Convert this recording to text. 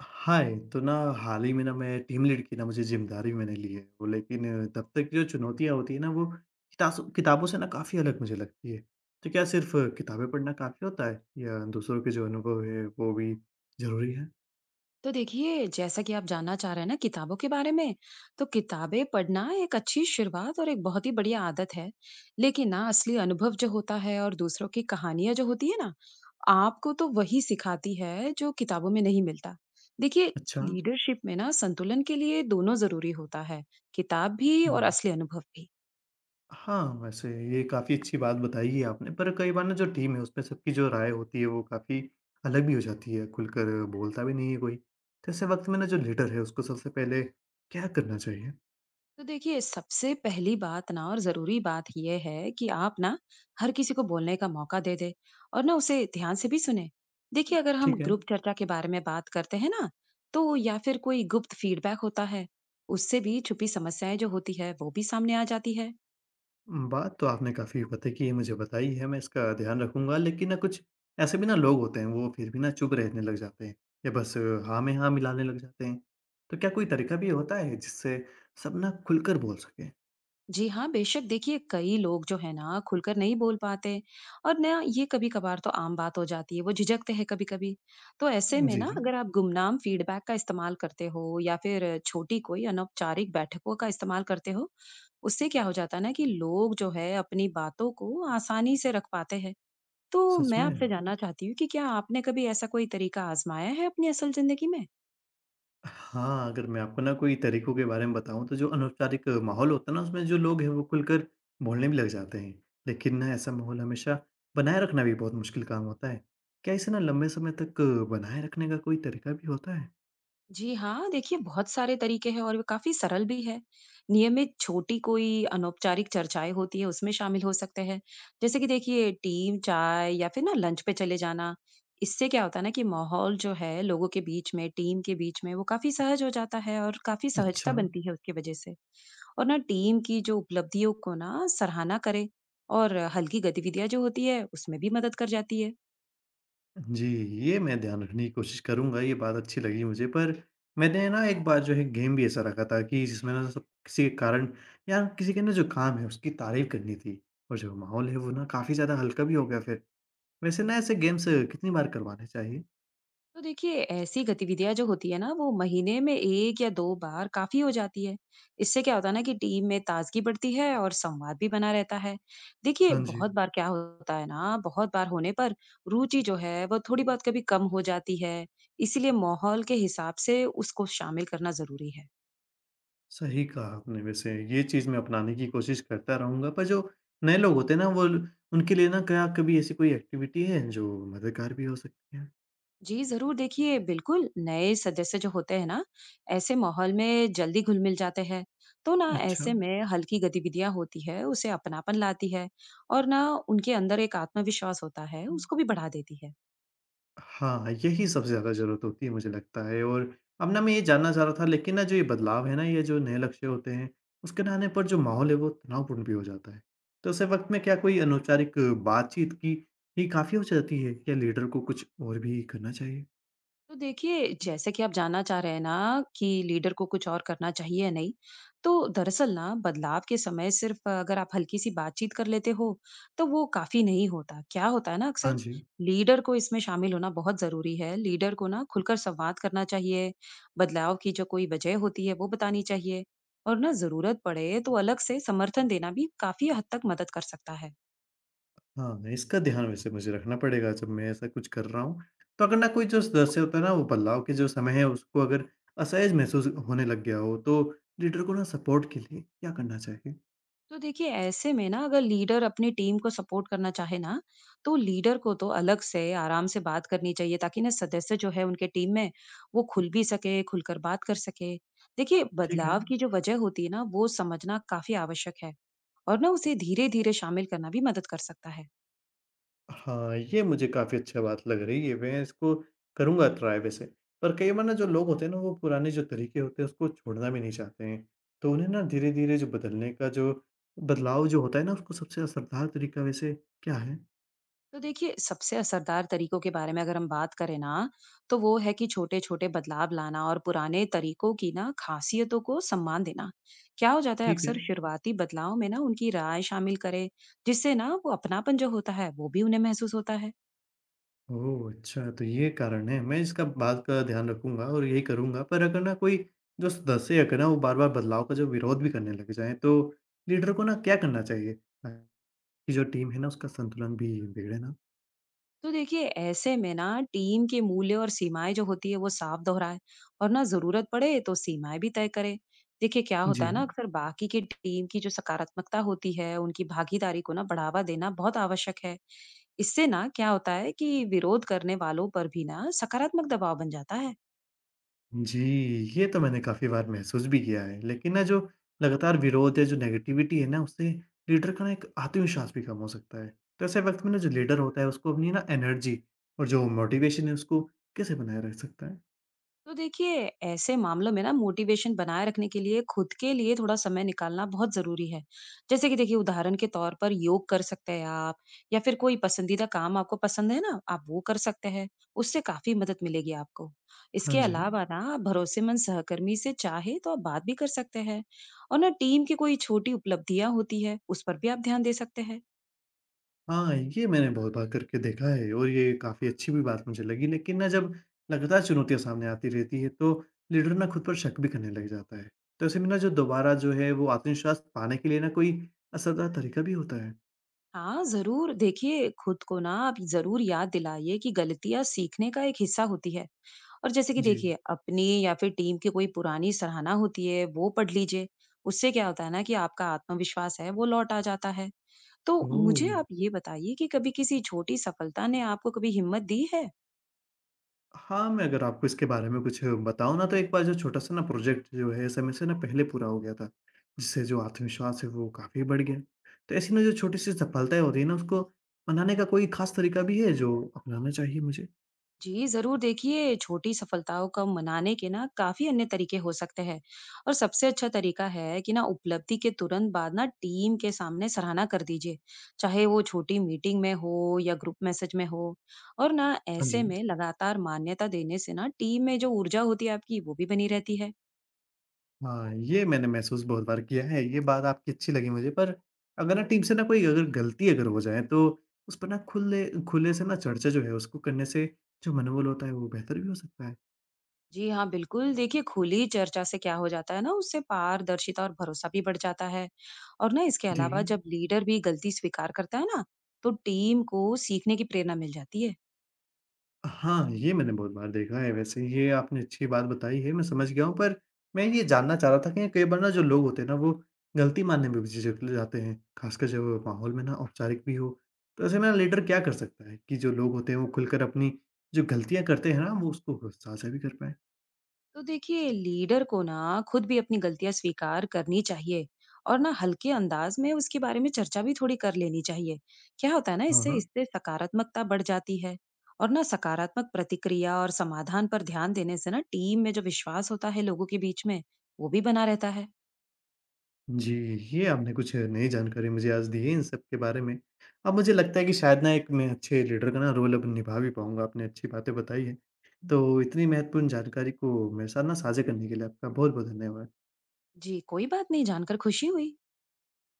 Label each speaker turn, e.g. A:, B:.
A: हाय! तो ना हाल ही में ना मैं टीम लीड की ना मुझे ज़िम्मेदारी मैंने ली है। वो लेकिन तब तक की जो चुनौतियाँ होती हैं ना वो कितासो किताबों से ना काफ़ी अलग मुझे लगती है। तो क्या सिर्फ़ किताबें पढ़ना काफ़ी होता है या दूसरों के जो अनुभव है वो भी ज़रूरी है?
B: तो देखिए जैसा कि आप जानना चाह रहे हैं ना किताबों के बारे में। तो किताबें पढ़ना एक अच्छी शुरुआत और एक बहुत ही बढ़िया आदत है। लेकिन ना असली अनुभव जो होता है और दूसरों की कहानियां जो होती है ना, आपको तो वही सिखाती है जो किताबों में नहीं मिलता। देखिए,
A: अच्छा।
B: लीडरशिप में ना संतुलन के लिए दोनों जरूरी होता है। किताब भी और
A: हुँ।
B: असली अनुभव भी।
A: हाँ, वैसे ये काफ़ी अच्छी बात बताई है आपने, पर कई बार ना जो टीम है उसमें सबकी जो राय होती है वो काफ़ी अलग भी हो जाती है, खुलकर बोलता भी नहीं है कोई। तो ऐसे वक़्त में ना जो लीडर है उसको सबसे पहले क्या करना चाहिए?
B: तो देखिए, सबसे पहली बात ना और जरूरी बात यह है कि आप ना हर किसी को बोलने का मौका दे दे और ना उसे ध्यान से भी सुने। देखिए, अगर हम
A: ठीक है।
B: ग्रुप चर्चा के बारे में बात करते हैं ना, तो या फिर कोई गुप्त फीडबैक होता है, उससे भी छुपी समस्याएं जो होती है वो भी सामने आ जाती है।
A: बात तो आपने काफ़ी पते की मुझे बताई है, मैं इसका ध्यान रखूँगा। लेकिन ना कुछ ऐसे भी ना लोग होते हैं, वो फिर भी ना चुप रहने लग जाते हैं या बस हाँ में हाँ मिलाने लग जाते हैं। तो क्या कोई तरीका भी होता है जिससे सब ना खुलकर बोल सकें?
B: जी हाँ, बेशक। देखिए, कई लोग जो है ना खुलकर नहीं बोल पाते और ना ये कभी-कभार तो आम बात हो जाती है। वो झिझकते हैं कभी-कभी। तो ऐसे में
A: जी,
B: ना अगर आप गुमनाम फीडबैक का इस्तेमाल करते हो या फिर छोटी कोई अनौपचारिक बैठकों का इस्तेमाल करते हो, उससे क्या हो जाता है ना कि लोग जो है अपनी बातों को आसानी से रख पाते हैं। तो
A: सच
B: मैं
A: में?
B: आपसे जानना चाहती हूँ कि क्या आपने कभी ऐसा कोई तरीका आजमाया है अपनी असल ज़िंदगी में?
A: हाँ, अगर मैं आपको ना कोई तरीकों के बारे में बताऊँ, तो जो अनौपचारिक माहौल होता है ना उसमें जो लोग हैं वो खुलकर बोलने भी लग जाते हैं। लेकिन ना ऐसा माहौल हमेशा बनाए रखना भी बहुत मुश्किल काम होता है। क्या इसे ना लंबे समय तक बनाए रखने का कोई तरीका भी होता है?
B: जी हाँ, देखिए, बहुत सारे तरीके हैं और ये काफ़ी सरल भी है। नियमित छोटी कोई अनौपचारिक चर्चाएँ होती है, उसमें शामिल हो सकते हैं। जैसे कि देखिए, टीम चाय या फिर ना लंच पे चले जाना। इससे क्या होता है ना कि माहौल जो है लोगों के बीच में, टीम के बीच में वो काफ़ी सहज हो जाता है और काफ़ी
A: अच्छा,
B: सहजता बनती है उसकी वजह से। और ना टीम की जो उपलब्धियों को ना सराहना करें और हल्की गतिविधियाँ जो होती है उसमें भी मदद कर जाती है।
A: जी, ये मैं ध्यान रखने की कोशिश करूँगा, ये बात अच्छी लगी मुझे, पर मैंने ना एक बार जो है गेम भी ऐसा रखा था कि जिसमें ना सब किसी के कारण या किसी के ना जो काम है उसकी तारीफ़ करनी थी, और जो माहौल है वो ना काफ़ी ज़्यादा हल्का भी हो गया फिर। वैसे ना ऐसे गेम्स कितनी बार करवाने चाहिए?
B: तो देखिए, ऐसी गतिविधियां जो होती है ना वो महीने में एक या दो बार काफी हो जाती है। इससे क्या होता है ना कि टीम में ताजगी बढ़ती है और संवाद भी बना रहता है। देखिए,
A: हाँ जी,
B: बहुत बार क्या होता है ना, बहुत बार होने पर रुचि जो है वो थोड़ी बहुत कभी कम हो जाती है। इसीलिए माहौल के हिसाब से उसको शामिल करना जरूरी है।
A: सही कहा आपने। वैसे ये चीज़ मैं अपनाने की कोशिश करता रहूँगा, पर जो नए लोग होते हैं ना वो ल उनके लिए ना क्या कभी ऐसी कोई एक्टिविटी है जो मददगार भी हो सकती है?
B: जी जरूर। देखिए, बिल्कुल नए सदस्य जो होते हैं ना ऐसे माहौल में जल्दी घुल मिल जाते हैं। तो ना
A: अच्छा।
B: ऐसे में हल्की गतिविधियां होती है उसे अपनापन लाती है और ना उनके अंदर एक आत्मविश्वास होता है उसको भी बढ़ा देती है।
A: हाँ, यही सबसे ज़्यादा ज़रूरत होती है मुझे लगता है। और अब ना मैं ये जानना चाह रहा था, लेकिन ना जो ये बदलाव है ना, ये जो नए लक्ष्य होते हैं, उसके ना आने पर जो माहौल है वो तनावपूर्ण भी हो जाता है। तो ऐसे वक़्त में क्या कोई अनौपचारिक बातचीत की ही काफ़ी हो जाती है, या लीडर को कुछ और भी करना चाहिए?
B: तो देखिए, जैसे कि आप जानना चाह रहे हैं ना कि लीडर को कुछ और करना चाहिए या नहीं, तो दरअसल ना बदलाव के समय सिर्फ अगर आप हल्की-सी बातचीत कर लेते हो, तो वो काफ़ी नहीं होता। क्या होता है ना,
A: हाँ
B: अक्सर
A: जी।
B: लीडर को इसमें शामिल होना बहुत ज़रूरी है। लीडर को ना खुलकर संवाद करना चाहिए, बदलाव की जो कोई वजह होती है वो बतानी चाहिए, और ना ज़रूरत पड़े तो अलग से समर्थन देना भी काफ़ी हद तक मदद कर सकता है।
A: हाँ, इसका ध्यान वैसे मुझे रखना पड़ेगा जब मैं ऐसा कुछ कर रहा हूँ। तो अगर ना कोई जो सदस्य होता है ना वो बदलाव के जो समय है उसको अगर असहज महसूस होने लग गया हो, तो लीडर को ना सपोर्ट के लिए क्या करना चाहिए?
B: तो देखिए, ऐसे में ना अगर लीडर अपनी टीम को सपोर्ट करना चाहे ना, तो लीडर को तो अलग से आराम से बात करनी चाहिए ताकि ना सदस्य जो है उनके टीम में वो खुल भी सके, खुलकर बात कर सके। देखिए,
A: ठीक है।
B: बदलाव की जो वजह होती है ना वो समझना काफी आवश्यक है। और ना उसे धीरे धीरे शामिल करना भी मदद कर सकता है।
A: हाँ, ये मुझे काफ़ी अच्छा बात लग रही है, मैं इसको करूँगा ट्राय वैसे। पर कई बार ना जो लोग होते हैं ना, वो पुराने जो तरीके होते हैं, उसको छोड़ना भी नहीं चाहते हैं। तो उन्हें ना धीरे-धीरे जो बदलने का जो बदलाव जो होता है ना, उसको सबसे असरदार तरीका वैसे क्या है?
B: तो देखिए, सबसे असरदार तरीकों के बारे में अगर हम बात करें ना, तो वो है कि छोटे छोटे बदलाव लाना और पुराने तरीकों की ना खासियतों को सम्मान देना। क्या हो जाता है
A: ठीक है।
B: अक्सर, शुरुआती बदलाव में ना उनकी राय शामिल करें, जिससे ना वो अपनापन जो होता है वो भी उन्हें महसूस होता है।
A: ओह! अच्छा, तो ये कारण है। मैं इसका बात का ध्यान रखूँगा और यही करूँगा। पर अगर ना कोई जो सदस्य है ना, वो बार-बार बदलाव का जो विरोध भी करने लग जाएँ, तो लीडर को ना क्या करना चाहिए, ताकि जो टीम है ना, उसका संतुलन भी बिगड़े ना?
B: तो देखिए, ऐसे में ना टीम के मूल्य और सीमाएं जो होती है वो साफ दोहराए और ना जरूरत पड़े तो सीमाएं भी तय करे। देखिए, क्या
A: जी।
B: होता है ना, अक्सर बाकी की टीम की जो सकारात्मकता होती है उनकी भागीदारी को ना बढ़ावा देना बहुत आवश्यक है। इससे ना क्या होता है कि विरोध करने वालों पर भी ना सकारात्मक दबाव बन जाता है।
A: जी, ये तो मैंने काफ़ी बार महसूस भी किया है, लेकिन ना जो लगातार विरोध या जो नेगेटिविटी है ना, उससे लीडर का ना एक आत्मविश्वास भी कम हो सकता है। तो ऐसे वक़्त में ना जो लीडर होता है, उसको अपनी ना एनर्जी और जो मोटिवेशन है, उसको कैसे बनाए रख सकता है?
B: तो देखिए, ऐसे मामलों में ना मोटिवेशन बनाए रखने के लिए खुद के लिए थोड़ा समय निकालना बहुत जरूरी है। जैसे कि देखिए, उदाहरण के तौर पर योग कर सकते हैं आप, या फिर कोई पसंदीदा काम आपको पसंद है ना, आप वो कर सकते हैं। उससे काफी मदद मिलेगी आपको।
A: हाँ
B: इसके
A: जी।
B: अलावा ना आप भरोसेमंद सहकर्मी से चाहे तो आप बात भी कर सकते हैं और ना टीम की कोई छोटी उपलब्धियां होती है उस पर भी आप ध्यान दे सकते हैं।
A: हाँ, ये मैंने बहुत बार करके देखा है और ये काफ़ी अच्छी भी बात मुझे लगी, लेकिन ना जब लगातार चुनौतियाँ सामने आती रहती है, तो लीडर ना खुद पर शक भी करने लग जाता है। तो ऐसे में ना जो दोबारा जो है, वो आत्मविश्वास पाने के लिए ना कोई असरदार तरीका भी होता है?
B: हाँ जरूर। देखिए, खुद को ना आप जरूर याद दिलाइए कि गलतियां सीखने का एक हिस्सा होती है, और जैसे कि
A: जी।
B: देखिए, अपनी या फिर टीम की कोई पुरानी सराहना होती है वो पढ़ लीजिए। उससे क्या होता है ना कि आपका आत्मविश्वास है वो लौट आ जाता है। तो
A: ओह!
B: मुझे आप ये बताइए कि कभी किसी छोटी सफलता ने आपको कभी हिम्मत दी है?
A: हाँ, मैं अगर आपको इसके बारे में कुछ बताऊँ ना, तो एक बार जो छोटा-सा ना प्रोजेक्ट जो है समय से ना पहले पूरा हो गया था, जिससे जो आत्मविश्वास है वो काफ़ी बढ़ गया। तो ऐसी ना जो छोटी-सी सफलताएँ होती है ना उसको मनाने का कोई ख़ास तरीका भी है जो अपनाना चाहिए मुझे?
B: जी, ज़रूर। देखिए, छोटी सफलताओं को मनाने के ना काफ़ी अन्य तरीके हो सकते हैं, और सबसे अच्छा तरीका है कि ना उपलब्धि के तुरंत बाद ना टीम के सामने सराहना कर दीजिए, चाहे वो छोटी मीटिंग में हो या ग्रुप मैसेज में हो। और ना
A: हाँ जी।
B: ऐसे में लगातार मान्यता देने से ना टीम में जो ऊर्जा होती है आपकी वो भी बनी रहती है।
A: हाँ, ये मैंने महसूस बहुत बार किया है, ये बात आपकी अच्छी लगी मुझे, पर अगर ना टीम से ना कोई अगर गलती अगर हो जाए, तो उस पर ना खुले खुले से ना चर्चा जो है उसको करने से जो मनोबल होता है वो बेहतर भी हो सकता है।
B: जी हाँ, बिल्कुल। देखिए, खुली चर्चा से क्या हो जाता है ना, उससे पारदर्शिता और भरोसा भी बढ़ जाता है। और ना इसके
A: जी।
B: अलावा जब लीडर भी गलती स्वीकार करता है ना, तो टीम को सीखने की प्रेरणा मिल जाती है।
A: हाँ, ये मैंने बहुत बार देखा है। वैसे ये आपने अच्छी बात बताई है, मैं समझ गया हूँ, पर मैं ये जानना चाह रहा था कि कई बार ना जो लोग होते हैं ना वो गलती मानने में भी झिझक जाते हैं, खासकर जब वो माहौल में ना औपचारिक भी हो। तो ऐसे में ना लीडर क्या कर सकता है कि जो लोग होते हैं वो खुलकर अपनी जो गलतियाँ करते हैं ना वो उसको साझा भी कर पाएँ?
B: तो देखिए, लीडर को ना खुद भी अपनी गलतियाँ स्वीकार करनी चाहिए और ना हल्के अंदाज में उसके बारे में चर्चा भी थोड़ी कर लेनी चाहिए। क्या होता है ना,
A: हाँ,
B: इससे
A: हाँ।
B: इससे सकारात्मकता बढ़ जाती है। और ना सकारात्मक प्रतिक्रिया और समाधान पर ध्यान देने से ना टीम में जो विश्वास होता है लोगों के बीच में, वो भी बना रहता है।
A: जी, ये आपने कुछ नई जानकारी मुझे आज दी है इन सब के बारे में। अब मुझे लगता है कि शायद ना एक मैं अच्छे लीडर का ना रोल अब निभा भी पाऊँगा, आपने अच्छी बातें बताई हैं। हुँ। तो इतनी महत्वपूर्ण जानकारी को मेरे साथ ना साझा करने के लिए आपका बहुत-बहुत धन्यवाद।
B: जी, कोई बात नहीं। जानकर खुशी हुई।